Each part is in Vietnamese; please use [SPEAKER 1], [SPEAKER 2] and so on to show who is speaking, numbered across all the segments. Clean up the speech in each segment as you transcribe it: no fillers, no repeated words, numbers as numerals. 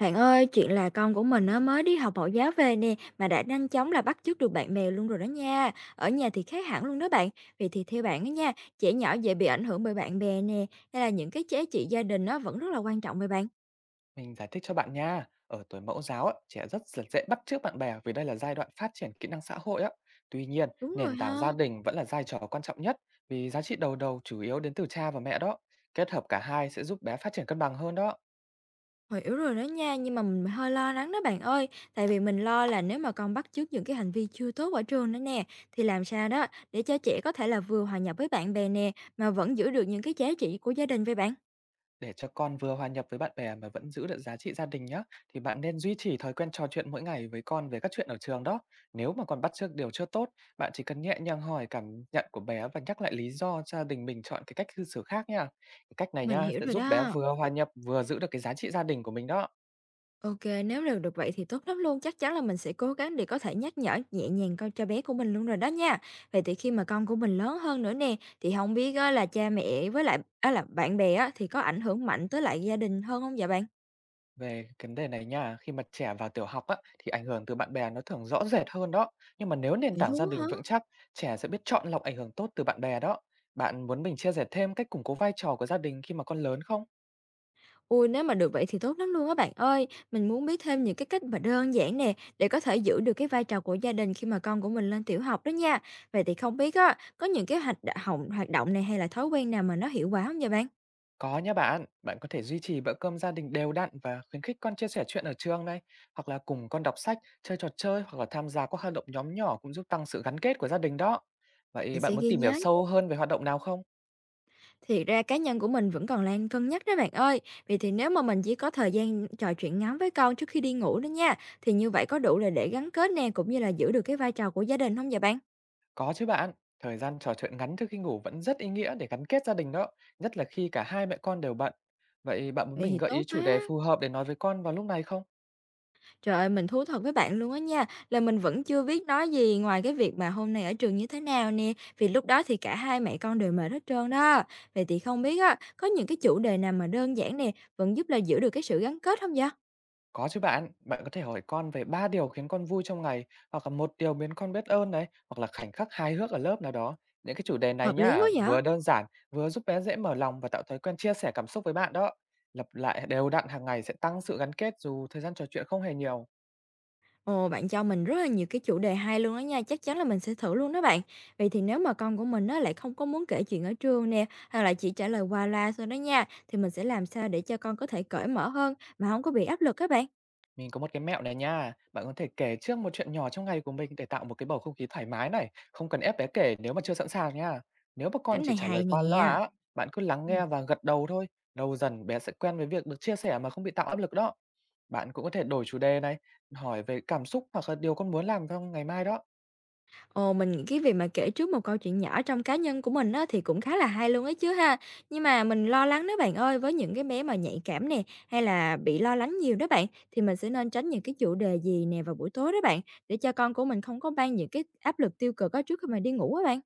[SPEAKER 1] Bạn ơi, chuyện là con của mình nó mới đi học mẫu giáo về nè mà đã nhanh chóng là bắt chước được bạn bè luôn rồi đó nha. Ở nhà thì khác hẳn luôn đó bạn. Vì thì theo bạn đó nha, trẻ nhỏ dễ bị ảnh hưởng bởi bạn bè nè, hay là những cái giá trị gia đình nó vẫn rất là quan trọng với bạn.
[SPEAKER 2] Mình giải thích cho bạn nha. Ở tuổi mẫu giáo, á, trẻ rất là dễ bắt chước bạn bè vì đây là giai đoạn phát triển kỹ năng xã hội. Á. Tuy nhiên,
[SPEAKER 1] Đúng rồi
[SPEAKER 2] nền tảng gia
[SPEAKER 1] ha.
[SPEAKER 2] đình vẫn là vai trò quan trọng nhất, vì giá trị đầu đầu chủ yếu đến từ cha và mẹ đó. Kết hợp cả hai sẽ giúp bé phát triển cân bằng hơn đó.
[SPEAKER 1] Hiểu rồi đó nha, nhưng mà mình hơi lo lắng đó bạn ơi, tại vì mình lo là nếu mà con bắt chước những cái hành vi chưa tốt ở trường đó nè, thì làm sao đó để cho trẻ có thể là vừa hòa nhập với bạn bè nè, mà vẫn giữ được những cái giá trị của gia đình với bạn.
[SPEAKER 2] Để cho con vừa hòa nhập với bạn bè mà vẫn giữ được giá trị gia đình nhé, thì bạn nên duy trì thói quen trò chuyện mỗi ngày với con về các chuyện ở trường đó. Nếu mà còn bắt chước điều chưa tốt, bạn chỉ cần nhẹ nhàng hỏi cảm nhận của bé và nhắc lại lý do gia đình mình chọn cái cách cư xử khác nha. Cái cách này
[SPEAKER 1] Mình
[SPEAKER 2] nha
[SPEAKER 1] hiểu
[SPEAKER 2] sẽ
[SPEAKER 1] rồi
[SPEAKER 2] giúp bé
[SPEAKER 1] đó.
[SPEAKER 2] vừa hòa nhập vừa giữ được cái giá trị gia đình của mình đó.
[SPEAKER 1] OK, nếu đều được vậy thì tốt lắm luôn, chắc chắn là mình sẽ cố gắng để có thể nhắc nhở nhẹ nhàng con cho bé của mình luôn rồi đó nha. Vậy thì khi mà con của mình lớn hơn nữa nè, thì không biết á là cha mẹ với lại á là bạn bè á, thì có ảnh hưởng mạnh tới lại gia đình hơn không vậy bạn?
[SPEAKER 2] Về cái vấn đề này nha, khi mà trẻ vào tiểu học á, thì ảnh hưởng từ bạn bè nó thường rõ rệt hơn đó. Nhưng mà nếu nền
[SPEAKER 1] Vậy
[SPEAKER 2] tảng gia
[SPEAKER 1] luôn á hả?
[SPEAKER 2] đình vững chắc, trẻ sẽ biết chọn lọc ảnh hưởng tốt từ bạn bè đó. Bạn muốn mình chia sẻ thêm cách củng cố vai trò của gia đình khi mà con lớn không?
[SPEAKER 1] Ui, nếu mà được vậy thì tốt lắm luôn á bạn ơi. Mình muốn biết thêm những cái cách mà đơn giản nè, để có thể giữ được cái vai trò của gia đình khi mà con của mình lên tiểu học đó nha. Vậy thì không biết á, có những cái hạch đ hoạt động này hay là thói quen nào mà nó hiệu quả không vậy bạn?
[SPEAKER 2] Có nhé bạn, bạn có thể duy trì bữa cơm gia đình đều đặn và khuyến khích con chia sẻ chuyện ở trường này, hoặc là cùng con đọc sách, chơi trò chơi hoặc là tham gia các hoạt động nhóm nhỏ cũng giúp tăng sự gắn kết của gia đình đó.
[SPEAKER 1] Mình
[SPEAKER 2] Vậy bạn
[SPEAKER 1] sẽ
[SPEAKER 2] muốn
[SPEAKER 1] ghi
[SPEAKER 2] tìm hiểu
[SPEAKER 1] nhớ.
[SPEAKER 2] sâu hơn về hoạt động nào không?
[SPEAKER 1] Thiệt ra cá nhân của mình vẫn còn đang cân nhắc đó bạn ơi. Vì thì nếu mà mình chỉ có thời gian trò chuyện ngắn với con trước khi đi ngủ đó nha, thì như vậy có đủ là để gắn kết nè, cũng như là giữ được cái vai trò của gia đình không vậy bạn?
[SPEAKER 2] Có chứ bạn, thời gian trò chuyện ngắn trước khi ngủ vẫn rất ý nghĩa để gắn kết gia đình đó, nhất là khi cả hai mẹ con đều bận. Vậy bạn muốn
[SPEAKER 1] Vậy
[SPEAKER 2] mình
[SPEAKER 1] thì
[SPEAKER 2] gợi
[SPEAKER 1] tốt
[SPEAKER 2] ý chủ đề
[SPEAKER 1] quá.
[SPEAKER 2] phù hợp để nói với con vào lúc này không?
[SPEAKER 1] Trời ơi, mình thú thật với bạn luôn á nha, là mình vẫn chưa biết nói gì ngoài cái việc mà hôm nay ở trường như thế nào nè, vì lúc đó thì cả hai mẹ con đều mệt hết trơn đó. Vậy thì không biết á, có những cái chủ đề nào mà đơn giản nè, vẫn giúp là giữ được cái sự gắn kết không vậy?
[SPEAKER 2] Có chứ bạn, bạn có thể hỏi con về 3 điều khiến con vui trong ngày, hoặc là một điều biến con biết ơn này, hoặc là khoảnh khắc hài hước ở lớp nào đó. Những cái chủ đề này
[SPEAKER 1] Hợp lý quá
[SPEAKER 2] nhá,
[SPEAKER 1] vậy!
[SPEAKER 2] vừa đơn giản, vừa giúp bé dễ mở lòng và tạo thói quen chia sẻ cảm xúc với bạn đó. Lặp lại đều đặn hàng ngày sẽ tăng sự gắn kết dù thời gian trò chuyện không hề nhiều.
[SPEAKER 1] Ồ, bạn cho mình rất là nhiều cái chủ đề hay luôn đó nha, chắc chắn là mình sẽ thử luôn đó bạn. Vậy thì nếu mà con của mình nó lại không có muốn kể chuyện ở trường nè, hay là chỉ trả lời qua loa thôi đó nha, thì mình sẽ làm sao để cho con có thể cởi mở hơn mà không có bị áp lực các bạn.
[SPEAKER 2] Mình có một cái mẹo này nha, bạn có thể kể trước một chuyện nhỏ trong ngày của mình để tạo một cái bầu không khí thoải mái này, không cần ép bé kể nếu mà chưa sẵn sàng nha. Nếu mà
[SPEAKER 1] Cách
[SPEAKER 2] con chỉ
[SPEAKER 1] này
[SPEAKER 2] trả lời
[SPEAKER 1] hay
[SPEAKER 2] qua loa
[SPEAKER 1] nè.
[SPEAKER 2] á, bạn cứ lắng
[SPEAKER 1] Ừ.
[SPEAKER 2] nghe và gật đầu thôi, lâu dần bé sẽ quen với việc được chia sẻ mà không bị tạo áp lực đó. Bạn cũng có thể đổi chủ đề này, hỏi về cảm xúc hoặc là điều con muốn làm trong ngày mai đó.
[SPEAKER 1] Ồ, mình nghĩ cái việc mà kể trước một câu chuyện nhỏ trong cá nhân của mình á, thì cũng khá là hay luôn ấy chứ ha. Nhưng mà mình lo lắng đó bạn ơi, với những cái bé mà nhạy cảm nè, hay là bị lo lắng nhiều đó bạn, thì mình sẽ nên tránh những cái chủ đề gì nè vào buổi tối đó bạn, để cho con của mình không có mang những cái áp lực tiêu cực á trước khi mà đi ngủ á bạn.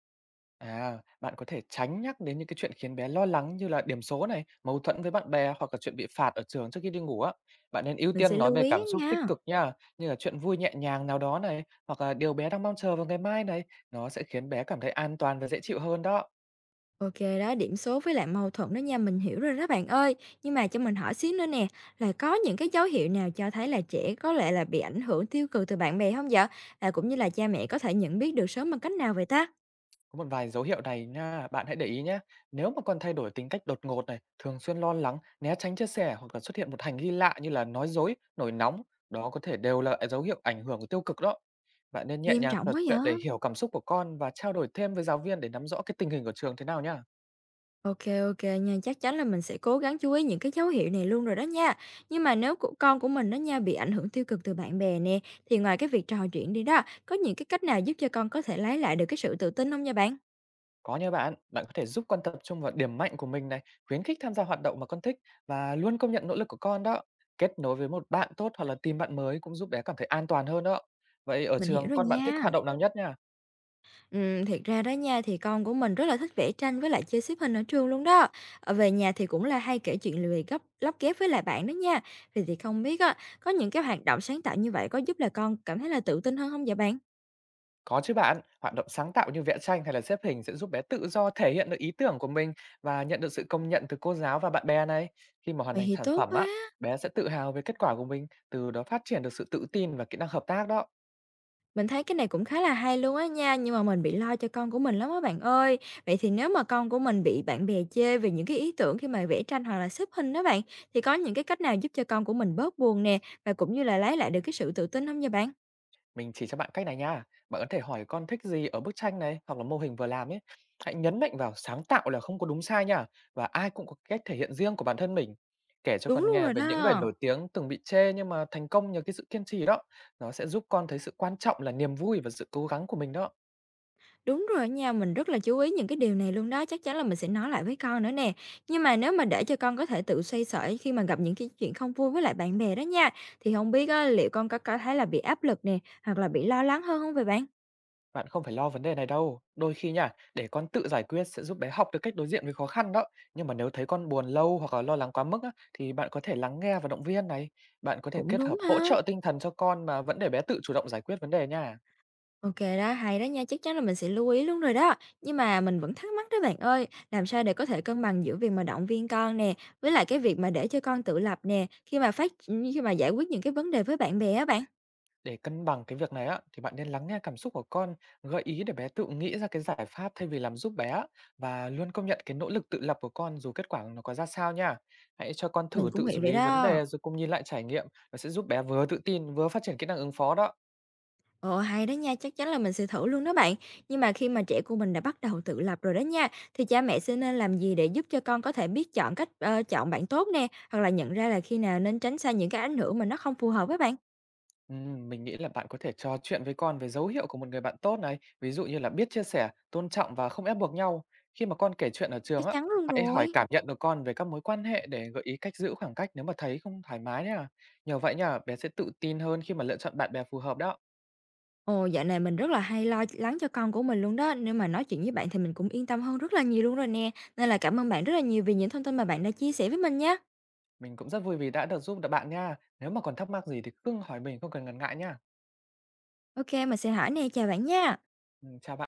[SPEAKER 2] À, bạn có thể tránh nhắc đến những cái chuyện khiến bé lo lắng như là điểm số này, mâu thuẫn với bạn bè hoặc là chuyện bị phạt ở trường trước khi đi ngủ á. Bạn nên ưu
[SPEAKER 1] Mình sẽ
[SPEAKER 2] tiên nói
[SPEAKER 1] lưu
[SPEAKER 2] về
[SPEAKER 1] ý
[SPEAKER 2] cảm
[SPEAKER 1] á
[SPEAKER 2] xúc tích
[SPEAKER 1] nha.
[SPEAKER 2] cực nha, như là chuyện vui nhẹ nhàng nào đó này, hoặc là điều bé đang mong chờ vào ngày mai này, nó sẽ khiến bé cảm thấy an toàn và dễ chịu hơn đó.
[SPEAKER 1] OK đó, điểm số với lại mâu thuẫn đó nha, mình hiểu rồi đó bạn ơi. Nhưng mà cho mình hỏi xíu nữa nè, là có những cái dấu hiệu nào cho thấy là trẻ có lẽ là bị ảnh hưởng tiêu cực từ bạn bè không vậy? Và cũng như là cha mẹ có thể nhận biết được sớm bằng cách nào vậy ta?
[SPEAKER 2] Có một vài dấu hiệu này nha, bạn hãy để ý nhé. Nếu mà con thay đổi tính cách đột ngột này, thường xuyên lo lắng, né tránh chia sẻ hoặc là xuất hiện một hành vi lạ như là nói dối, nổi nóng, đó có thể đều là dấu hiệu ảnh hưởng của tiêu cực đó. Bạn nên nhẹ
[SPEAKER 1] Nghiêm
[SPEAKER 2] nhàng trò
[SPEAKER 1] trọng quá vậy!
[SPEAKER 2] chuyện để hiểu cảm xúc của con và trao đổi thêm với giáo viên để nắm rõ cái tình hình của trường thế nào nhá.
[SPEAKER 1] OK, OK nha, chắc chắn là mình sẽ cố gắng chú ý những cái dấu hiệu này luôn rồi đó nha. Nhưng mà nếu của con của mình đó nha, bị ảnh hưởng tiêu cực từ bạn bè nè, thì ngoài cái việc trò chuyện đi đó, có những cái cách nào giúp cho con có thể lấy lại được cái sự tự tin không nha bạn?
[SPEAKER 2] Có nha bạn, bạn có thể giúp con tập trung vào điểm mạnh của mình này, khuyến khích tham gia hoạt động mà con thích và luôn công nhận nỗ lực của con đó. Kết nối với một bạn tốt hoặc là tìm bạn mới cũng giúp bé cảm thấy an toàn hơn đó. Vậy ở
[SPEAKER 1] Mình hiểu
[SPEAKER 2] trường
[SPEAKER 1] rồi
[SPEAKER 2] con bạn thích
[SPEAKER 1] nha.
[SPEAKER 2] hoạt động nào nhất nha?
[SPEAKER 1] Thiệt ra đó nha, thì con của mình rất là thích vẽ tranh với lại chơi xếp hình ở trường luôn đó. Ờ, về nhà thì cũng là hay kể chuyện lười gấp lóc ghép với lại bạn đó nha. Vậy thì không biết á, có những cái hoạt động sáng tạo như vậy có giúp là con cảm thấy là tự tin hơn không vậy bạn?
[SPEAKER 2] Có chứ bạn, hoạt động sáng tạo như vẽ tranh hay là xếp hình sẽ giúp bé tự do thể hiện được ý tưởng của mình và nhận được sự công nhận từ cô giáo và bạn bè này. Khi mà hoàn
[SPEAKER 1] Vậy
[SPEAKER 2] thành
[SPEAKER 1] thì
[SPEAKER 2] sản
[SPEAKER 1] tốt
[SPEAKER 2] phẩm á,
[SPEAKER 1] quá.
[SPEAKER 2] bé sẽ tự hào về kết quả của mình, từ đó phát triển được sự tự tin và kỹ năng hợp tác đó.
[SPEAKER 1] Mình thấy cái này cũng khá là hay luôn á nha, nhưng mà mình bị lo cho con của mình lắm á bạn ơi. Vậy thì nếu mà con của mình bị bạn bè chê về những cái ý tưởng khi mà vẽ tranh hoặc là xếp hình đó bạn, thì có những cái cách nào giúp cho con của mình bớt buồn nè và cũng như là lấy lại được cái sự tự tin không nha bạn?
[SPEAKER 2] Mình chỉ cho bạn cách này nha. Bạn có thể hỏi con thích gì ở bức tranh này hoặc là mô hình vừa làm ấy. Hãy nhấn mạnh vào sáng tạo là không có đúng sai nha. Và ai cũng có cách thể hiện riêng của bản thân mình. Kể cho
[SPEAKER 1] Đúng
[SPEAKER 2] con
[SPEAKER 1] luôn
[SPEAKER 2] nghe
[SPEAKER 1] rồi
[SPEAKER 2] về những người
[SPEAKER 1] đó.
[SPEAKER 2] nổi tiếng từng bị chê nhưng mà thành công nhờ cái sự kiên trì đó. Nó sẽ giúp con thấy sự quan trọng là niềm vui và sự cố gắng của mình đó.
[SPEAKER 1] Đúng rồi đó nha, mình rất là chú ý những cái điều này luôn đó, chắc chắn là mình sẽ nói lại với con nữa nè. Nhưng mà nếu mà để cho con có thể tự xoay sở khi mà gặp những cái chuyện không vui với lại bạn bè đó nha, thì không biết á, liệu con có thấy là bị áp lực nè, hoặc là bị lo lắng hơn không vậy bạn?
[SPEAKER 2] Bạn không phải lo vấn đề này đâu. Đôi khi nha, để con tự giải quyết sẽ giúp bé học được cách đối diện với khó khăn đó. Nhưng mà nếu thấy con buồn lâu hoặc là lo lắng quá mức á, thì bạn có thể lắng nghe và động viên này. Bạn có thể
[SPEAKER 1] Cũng
[SPEAKER 2] kết
[SPEAKER 1] đúng
[SPEAKER 2] hợp hỗ
[SPEAKER 1] ha.
[SPEAKER 2] trợ tinh thần cho con mà vẫn để bé tự chủ động giải quyết vấn đề nha.
[SPEAKER 1] Ok đó, hay đó nha, chắc chắn là mình sẽ lưu ý luôn rồi đó. Nhưng mà mình vẫn thắc mắc đó bạn ơi, làm sao để có thể cân bằng giữa việc mà động viên con nè, với lại cái việc mà để cho con tự lập nè, khi mà giải quyết những cái vấn đề với bạn bè á bạn.
[SPEAKER 2] Để cân bằng cái việc này á, thì bạn nên lắng nghe cảm xúc của con, gợi ý để bé tự nghĩ ra cái giải pháp thay vì làm giúp bé á, và luôn công nhận cái nỗ lực tự lập của con dù kết quả nó có ra sao nha. Hãy cho con
[SPEAKER 1] Mình
[SPEAKER 2] thử
[SPEAKER 1] cũng
[SPEAKER 2] tự
[SPEAKER 1] nghĩ
[SPEAKER 2] xử
[SPEAKER 1] vậy
[SPEAKER 2] lý vấn
[SPEAKER 1] đó.
[SPEAKER 2] đề rồi cùng nhìn lại trải nghiệm, nó sẽ giúp bé vừa tự tin vừa phát triển kỹ năng ứng phó đó.
[SPEAKER 1] Ồ, hay đó nha, chắc chắn là mình sẽ thử luôn đó bạn. Nhưng mà khi mà trẻ của mình đã bắt đầu tự lập rồi đó nha, thì cha mẹ sẽ nên làm gì để giúp cho con có thể biết chọn cách chọn bạn tốt nè, hoặc là nhận ra là khi nào nên tránh xa những cái ảnh hưởng mà nó không phù hợp với bạn?
[SPEAKER 2] Mình nghĩ là bạn có thể trò chuyện với con về dấu hiệu của một người bạn tốt này, ví dụ như là biết chia sẻ, tôn trọng và không ép buộc nhau. Khi mà con kể chuyện ở trường
[SPEAKER 1] Chắc
[SPEAKER 2] á,
[SPEAKER 1] chắn luôn
[SPEAKER 2] hãy hỏi
[SPEAKER 1] rồi.
[SPEAKER 2] cảm nhận của con về các mối quan hệ để gợi ý cách giữ khoảng cách nếu mà thấy không thoải mái nha. Nhờ vậy nha, bé sẽ tự tin hơn khi mà lựa chọn bạn bè phù hợp đó.
[SPEAKER 1] Ồ, dạo này mình rất là hay lo lắng cho con của mình luôn đó, nên mà nói chuyện với bạn thì mình cũng yên tâm hơn rất là nhiều luôn rồi nè. Nên là cảm ơn bạn rất là nhiều vì những thông tin mà bạn đã chia sẻ với mình nhé.
[SPEAKER 2] Mình cũng rất vui vì đã được giúp được bạn nha. Nếu mà còn thắc mắc gì thì cứ hỏi mình không cần ngần ngại nha.
[SPEAKER 1] Ok, mình sẽ hỏi nè, chào bạn nha.
[SPEAKER 2] Chào bạn.